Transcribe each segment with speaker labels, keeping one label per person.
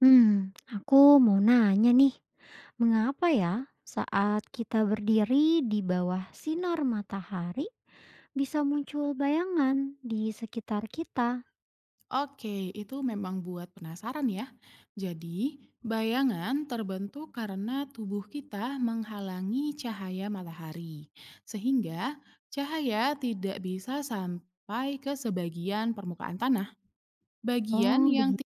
Speaker 1: Hmm, aku mau nanya nih, mengapa ya saat kita berdiri di bawah sinar matahari bisa muncul bayangan di sekitar kita?
Speaker 2: Oke, itu memang buat penasaran ya. Jadi, bayangan terbentuk karena tubuh kita menghalangi cahaya matahari, sehingga cahaya tidak bisa sampai ke sebagian permukaan tanah. Bagian
Speaker 1: Oh,
Speaker 2: yang ti-
Speaker 1: begitu.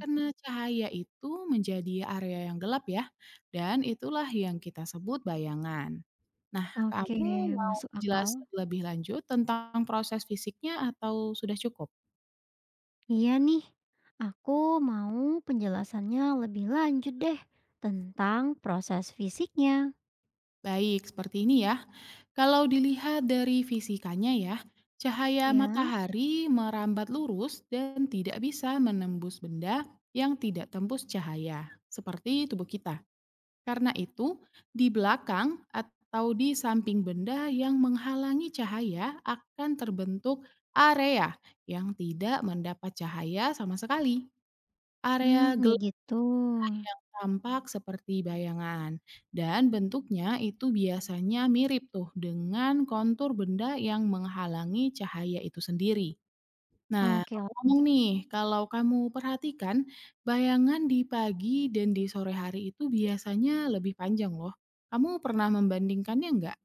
Speaker 2: Kena cahaya itu menjadi area yang gelap ya, dan itulah yang kita sebut bayangan. Nah,
Speaker 1: Oke,
Speaker 2: kamu mau
Speaker 1: masuk akal.
Speaker 2: penjelasan lebih lanjut tentang proses fisiknya atau sudah cukup?
Speaker 1: Iya nih, aku mau penjelasannya lebih lanjut deh tentang proses fisiknya.
Speaker 2: Baik, seperti ini ya. Kalau dilihat dari fisikanya ya, cahaya
Speaker 1: Ya,
Speaker 2: matahari merambat lurus dan tidak bisa menembus benda yang tidak tembus cahaya, seperti tubuh kita. Karena itu, di belakang atau di samping benda yang menghalangi cahaya akan terbentuk area yang tidak mendapat cahaya sama sekali.
Speaker 1: hmm,
Speaker 2: Area gelap
Speaker 1: begitu.
Speaker 2: yang tampak seperti bayangan dan bentuknya itu biasanya mirip tuh dengan kontur benda yang menghalangi cahaya itu sendiri. Nah,
Speaker 1: Oke.
Speaker 2: ngomong nih, kalau kamu perhatikan, bayangan di pagi dan di sore hari itu biasanya lebih panjang loh. Kamu pernah membandingkannya nggak?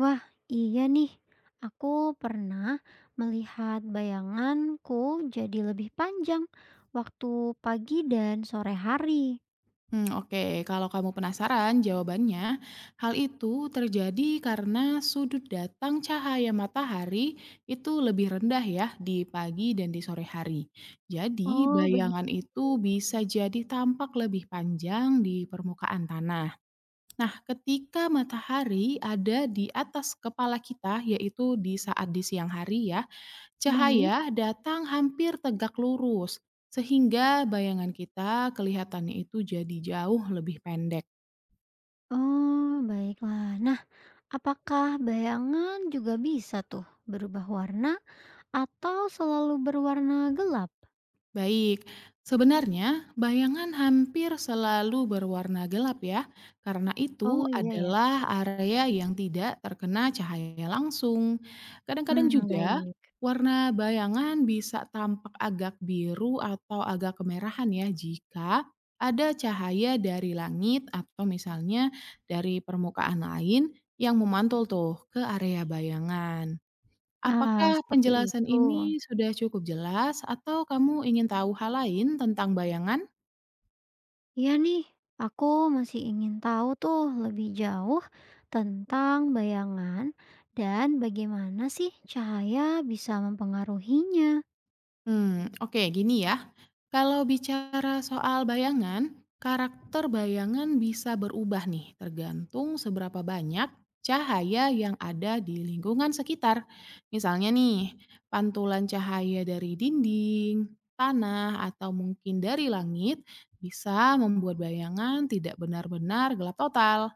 Speaker 1: Wah, iya nih. Aku pernah melihat bayanganku jadi lebih panjang waktu pagi dan sore hari.
Speaker 2: Hmm, oke, kalau kamu penasaran jawabannya, hal itu terjadi karena sudut datang cahaya matahari itu lebih rendah ya di pagi dan di sore hari. Jadi,
Speaker 1: Oh, begitu.
Speaker 2: bayangan itu bisa jadi tampak lebih panjang di permukaan tanah. Nah, ketika matahari ada di atas kepala kita, yaitu di saat di siang hari ya, cahaya
Speaker 1: Baik.
Speaker 2: datang hampir tegak lurus, sehingga bayangan kita kelihatannya itu jadi jauh lebih pendek.
Speaker 1: Oh, baiklah. Nah, apakah bayangan juga bisa tuh berubah warna atau selalu berwarna gelap?
Speaker 2: Baik, sebenarnya bayangan hampir selalu berwarna gelap ya, karena itu
Speaker 1: Oh, iya ya.
Speaker 2: adalah area yang tidak terkena cahaya langsung. Kadang-kadang
Speaker 1: Hmm,
Speaker 2: juga
Speaker 1: baik.
Speaker 2: warna bayangan bisa tampak agak biru atau agak kemerahan ya jika ada cahaya dari langit atau misalnya dari permukaan lain yang memantul tuh ke area bayangan.
Speaker 1: Ah,
Speaker 2: Apakah
Speaker 1: seperti
Speaker 2: penjelasan
Speaker 1: itu.
Speaker 2: ini sudah cukup jelas atau kamu ingin tahu hal lain tentang bayangan?
Speaker 1: Iya nih, aku masih ingin tahu tuh lebih jauh tentang bayangan dan bagaimana sih cahaya bisa mempengaruhinya.
Speaker 2: Hmm, oke, gini ya. Kalau bicara soal bayangan, karakter bayangan bisa berubah nih, tergantung seberapa banyak cahaya yang ada di lingkungan sekitar. Misalnya nih, pantulan cahaya dari dinding, tanah, atau mungkin dari langit bisa membuat bayangan tidak benar-benar gelap total.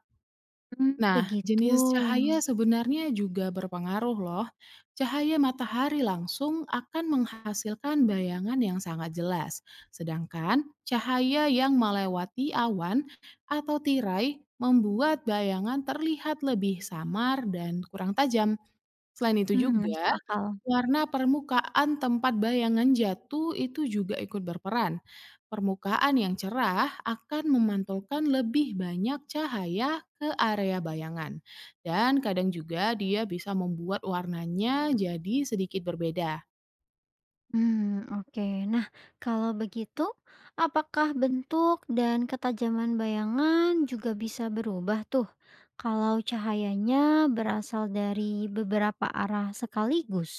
Speaker 1: Hmm,
Speaker 2: Nah,
Speaker 1: begitu.
Speaker 2: jenis cahaya sebenarnya juga berpengaruh loh. Cahaya matahari langsung akan menghasilkan bayangan yang sangat jelas, sedangkan cahaya yang melewati awan atau tirai membuat bayangan terlihat lebih samar dan kurang tajam. Selain itu
Speaker 1: Hmm,
Speaker 2: juga,
Speaker 1: masuk akal.
Speaker 2: warna permukaan tempat bayangan jatuh itu juga ikut berperan. Permukaan yang cerah akan memantulkan lebih banyak cahaya ke area bayangan. Dan kadang juga dia bisa membuat warnanya jadi sedikit berbeda.
Speaker 1: Hmm, oke. Nah, kalau begitu, apakah bentuk dan ketajaman bayangan juga bisa berubah tuh kalau cahayanya berasal dari beberapa arah sekaligus?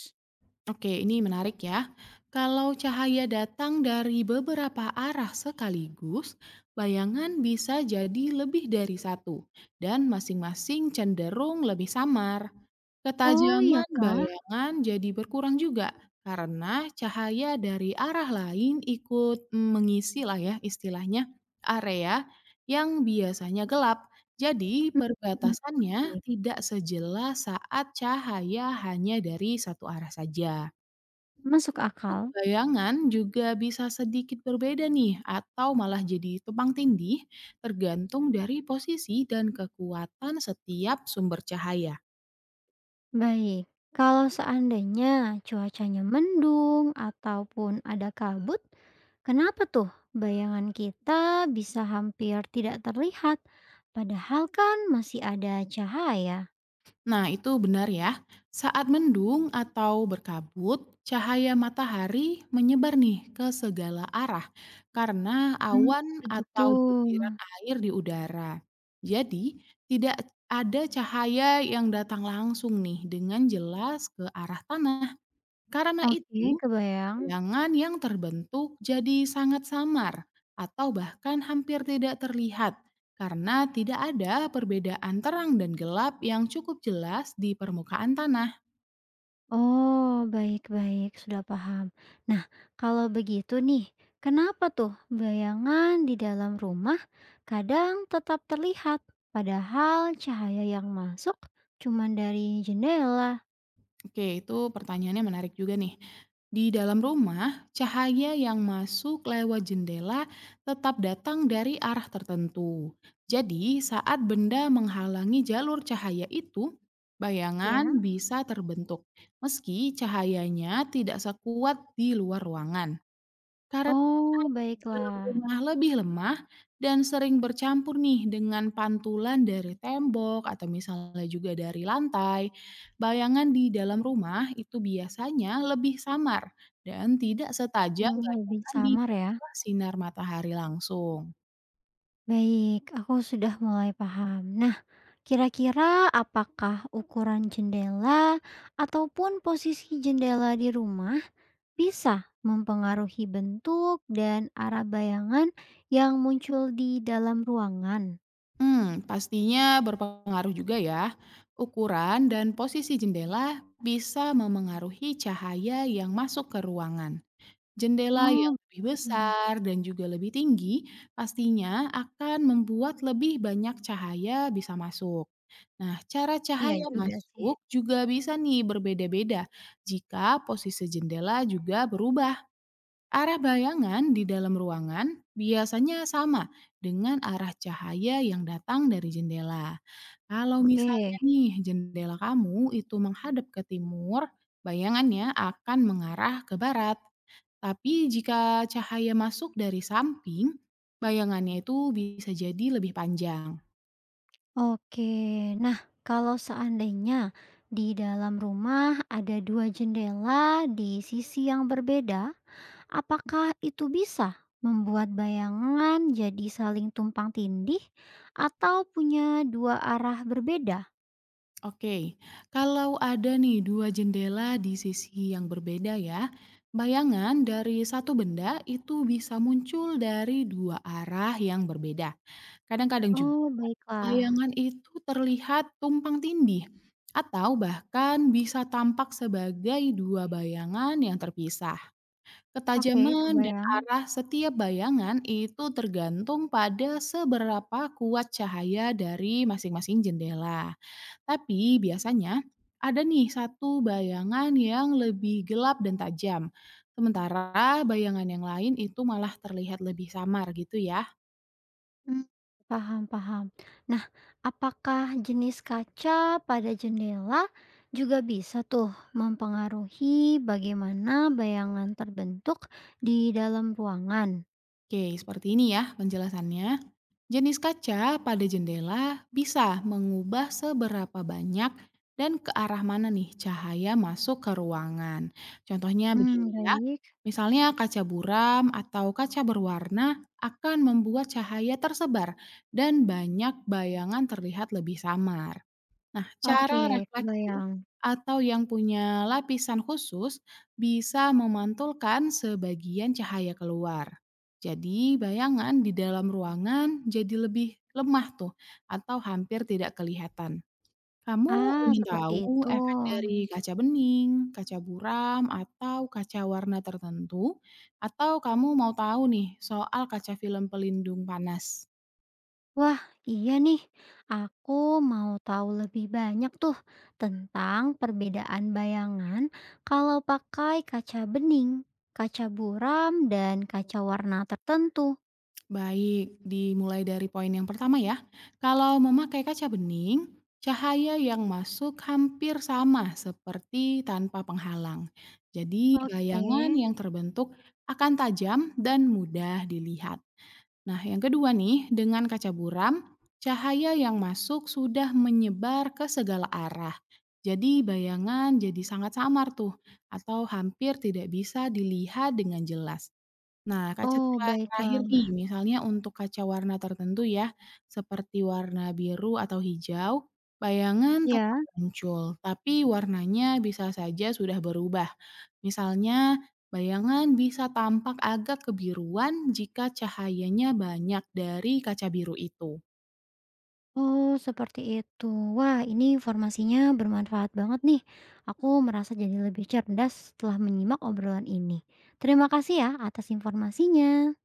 Speaker 2: Oke, ini menarik ya. Kalau cahaya datang dari beberapa arah sekaligus, bayangan bisa jadi lebih dari satu, dan masing-masing cenderung lebih samar.
Speaker 1: Oh, iya
Speaker 2: Ketajaman
Speaker 1: kah?
Speaker 2: bayangan jadi berkurang juga karena cahaya dari arah lain ikut mengisi lah ya istilahnya area yang biasanya gelap. Jadi
Speaker 1: Hmm,
Speaker 2: perbatasannya
Speaker 1: hmm.
Speaker 2: tidak sejelas saat cahaya hanya dari satu arah saja.
Speaker 1: Masuk
Speaker 2: Untuk
Speaker 1: akal.
Speaker 2: bayangan juga bisa sedikit berbeda nih atau malah jadi tumpang tindih tergantung dari posisi dan kekuatan setiap sumber cahaya.
Speaker 1: Baik. Kalau seandainya cuacanya mendung ataupun ada kabut, kenapa tuh bayangan kita bisa hampir tidak terlihat? Padahal kan masih ada cahaya.
Speaker 2: Nah, itu benar ya. Saat mendung atau berkabut, cahaya matahari menyebar nih ke segala arah karena
Speaker 1: Hmm,
Speaker 2: awan
Speaker 1: begitu.
Speaker 2: atau butiran air di udara. Jadi, tidak ada cahaya yang datang langsung nih dengan jelas ke arah tanah. Karena
Speaker 1: Oke,
Speaker 2: itu,
Speaker 1: kebayang.
Speaker 2: bayangan yang terbentuk jadi sangat samar atau bahkan hampir tidak terlihat karena tidak ada perbedaan terang dan gelap yang cukup jelas di permukaan tanah.
Speaker 1: Oh, baik baik, sudah paham. Nah, kalau begitu nih, kenapa tuh bayangan di dalam rumah kadang tetap terlihat, padahal cahaya yang masuk cuma dari jendela?
Speaker 2: Oke, itu pertanyaannya menarik juga nih. Di dalam rumah, cahaya yang masuk lewat jendela tetap datang dari arah tertentu. Jadi, saat benda menghalangi jalur cahaya itu,
Speaker 1: Ya,
Speaker 2: bayangan bisa terbentuk, meski cahayanya tidak sekuat di luar ruangan. Karena
Speaker 1: oh,
Speaker 2: dalam
Speaker 1: baiklah.
Speaker 2: rumah lebih lemah dan sering bercampur nih dengan pantulan dari tembok atau misalnya juga dari lantai. Bayangan di dalam rumah itu biasanya lebih samar dan tidak setajam
Speaker 1: Wah, lebih
Speaker 2: bayangan di
Speaker 1: samar ya.
Speaker 2: bawah sinar matahari langsung.
Speaker 1: Baik, aku sudah mulai paham. Nah, kira-kira apakah ukuran jendela ataupun posisi jendela di rumah bisa mempengaruhi bentuk dan arah bayangan yang muncul di dalam ruangan?
Speaker 2: Hmm, pastinya berpengaruh juga ya. Ukuran dan posisi jendela bisa memengaruhi cahaya yang masuk ke ruangan. Jendela yang
Speaker 1: Oh,
Speaker 2: lebih
Speaker 1: hmm,
Speaker 2: besar dan juga lebih tinggi pastinya akan membuat lebih banyak cahaya bisa masuk. Nah, cara
Speaker 1: iya
Speaker 2: cahaya
Speaker 1: juga sih.
Speaker 2: masuk juga bisa nih berbeda-beda jika posisi jendela juga berubah. Arah bayangan di dalam ruangan biasanya sama dengan arah cahaya yang datang dari jendela. Kalau misalnya
Speaker 1: Oke,
Speaker 2: nih jendela kamu itu menghadap ke timur, bayangannya akan mengarah ke barat. Tapi jika cahaya masuk dari samping, bayangannya itu bisa jadi lebih panjang.
Speaker 1: oke. Nah, kalau seandainya di dalam rumah ada dua jendela di sisi yang berbeda, apakah itu bisa membuat bayangan jadi saling tumpang tindih atau punya dua arah berbeda?
Speaker 2: Oke, kalau ada nih dua jendela di sisi yang berbeda ya, bayangan dari satu benda itu bisa muncul dari dua arah yang berbeda. Kadang-kadang juga
Speaker 1: Oh, baiklah.
Speaker 2: bayangan itu terlihat tumpang tindih atau bahkan bisa tampak sebagai dua bayangan yang terpisah.
Speaker 1: Oke,
Speaker 2: Ketajaman dan
Speaker 1: kebayang.
Speaker 2: arah setiap bayangan itu tergantung pada seberapa kuat cahaya dari masing-masing jendela. Tapi biasanya ada nih satu bayangan yang lebih gelap dan tajam. Sementara bayangan yang lain itu malah terlihat lebih samar gitu ya.
Speaker 1: Hmm, paham, paham. Nah, apakah jenis kaca pada jendela juga bisa tuh mempengaruhi bagaimana bayangan terbentuk di dalam ruangan?
Speaker 2: Oke, seperti ini ya penjelasannya. Jenis kaca pada jendela bisa mengubah seberapa banyak dan ke arah mana nih cahaya masuk ke ruangan. Contohnya begini
Speaker 1: Hmm,
Speaker 2: ya,
Speaker 1: baik.
Speaker 2: misalnya kaca buram atau kaca berwarna akan membuat cahaya tersebar dan banyak bayangan terlihat lebih samar. Nah,
Speaker 1: Oke,
Speaker 2: cara refleksi
Speaker 1: kebayang.
Speaker 2: atau yang punya lapisan khusus bisa memantulkan sebagian cahaya keluar. Jadi, bayangan di dalam ruangan jadi lebih lemah tuh atau hampir tidak kelihatan. Kamu
Speaker 1: Ah,
Speaker 2: ingin
Speaker 1: seperti
Speaker 2: tahu
Speaker 1: itu.
Speaker 2: efek dari kaca bening, kaca buram, atau kaca warna tertentu? Atau kamu mau tahu nih soal kaca film pelindung panas?
Speaker 1: Wah, iya nih. Aku mau tahu lebih banyak tuh tentang perbedaan bayangan kalau pakai kaca bening, kaca buram, dan kaca warna tertentu.
Speaker 2: Baik, dimulai dari poin yang pertama ya. Kalau memakai kaca bening, cahaya yang masuk hampir sama seperti tanpa penghalang. Jadi
Speaker 1: Oke,
Speaker 2: bayangan yang terbentuk akan tajam dan mudah dilihat. Nah, yang kedua nih, dengan kaca buram, cahaya yang masuk sudah menyebar ke segala arah. Jadi bayangan jadi sangat samar tuh, atau hampir tidak bisa dilihat dengan jelas. Nah, kaca
Speaker 1: oh,
Speaker 2: tera terakhir
Speaker 1: baiklah.
Speaker 2: nih, misalnya untuk kaca warna tertentu ya, seperti warna biru atau hijau, bayangan tetap
Speaker 1: Ya.
Speaker 2: muncul, tapi warnanya bisa saja sudah berubah. Misalnya, bayangan bisa tampak agak kebiruan jika cahayanya banyak dari kaca biru itu.
Speaker 1: Oh, seperti itu. Wah, ini informasinya bermanfaat banget nih. Aku merasa jadi lebih cerdas setelah menyimak obrolan ini. Terima kasih ya atas informasinya.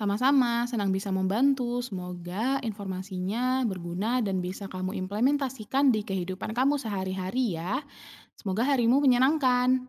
Speaker 2: Sama-sama, senang bisa membantu. Semoga informasinya berguna dan bisa kamu implementasikan di kehidupan kamu sehari-hari ya. Semoga harimu menyenangkan.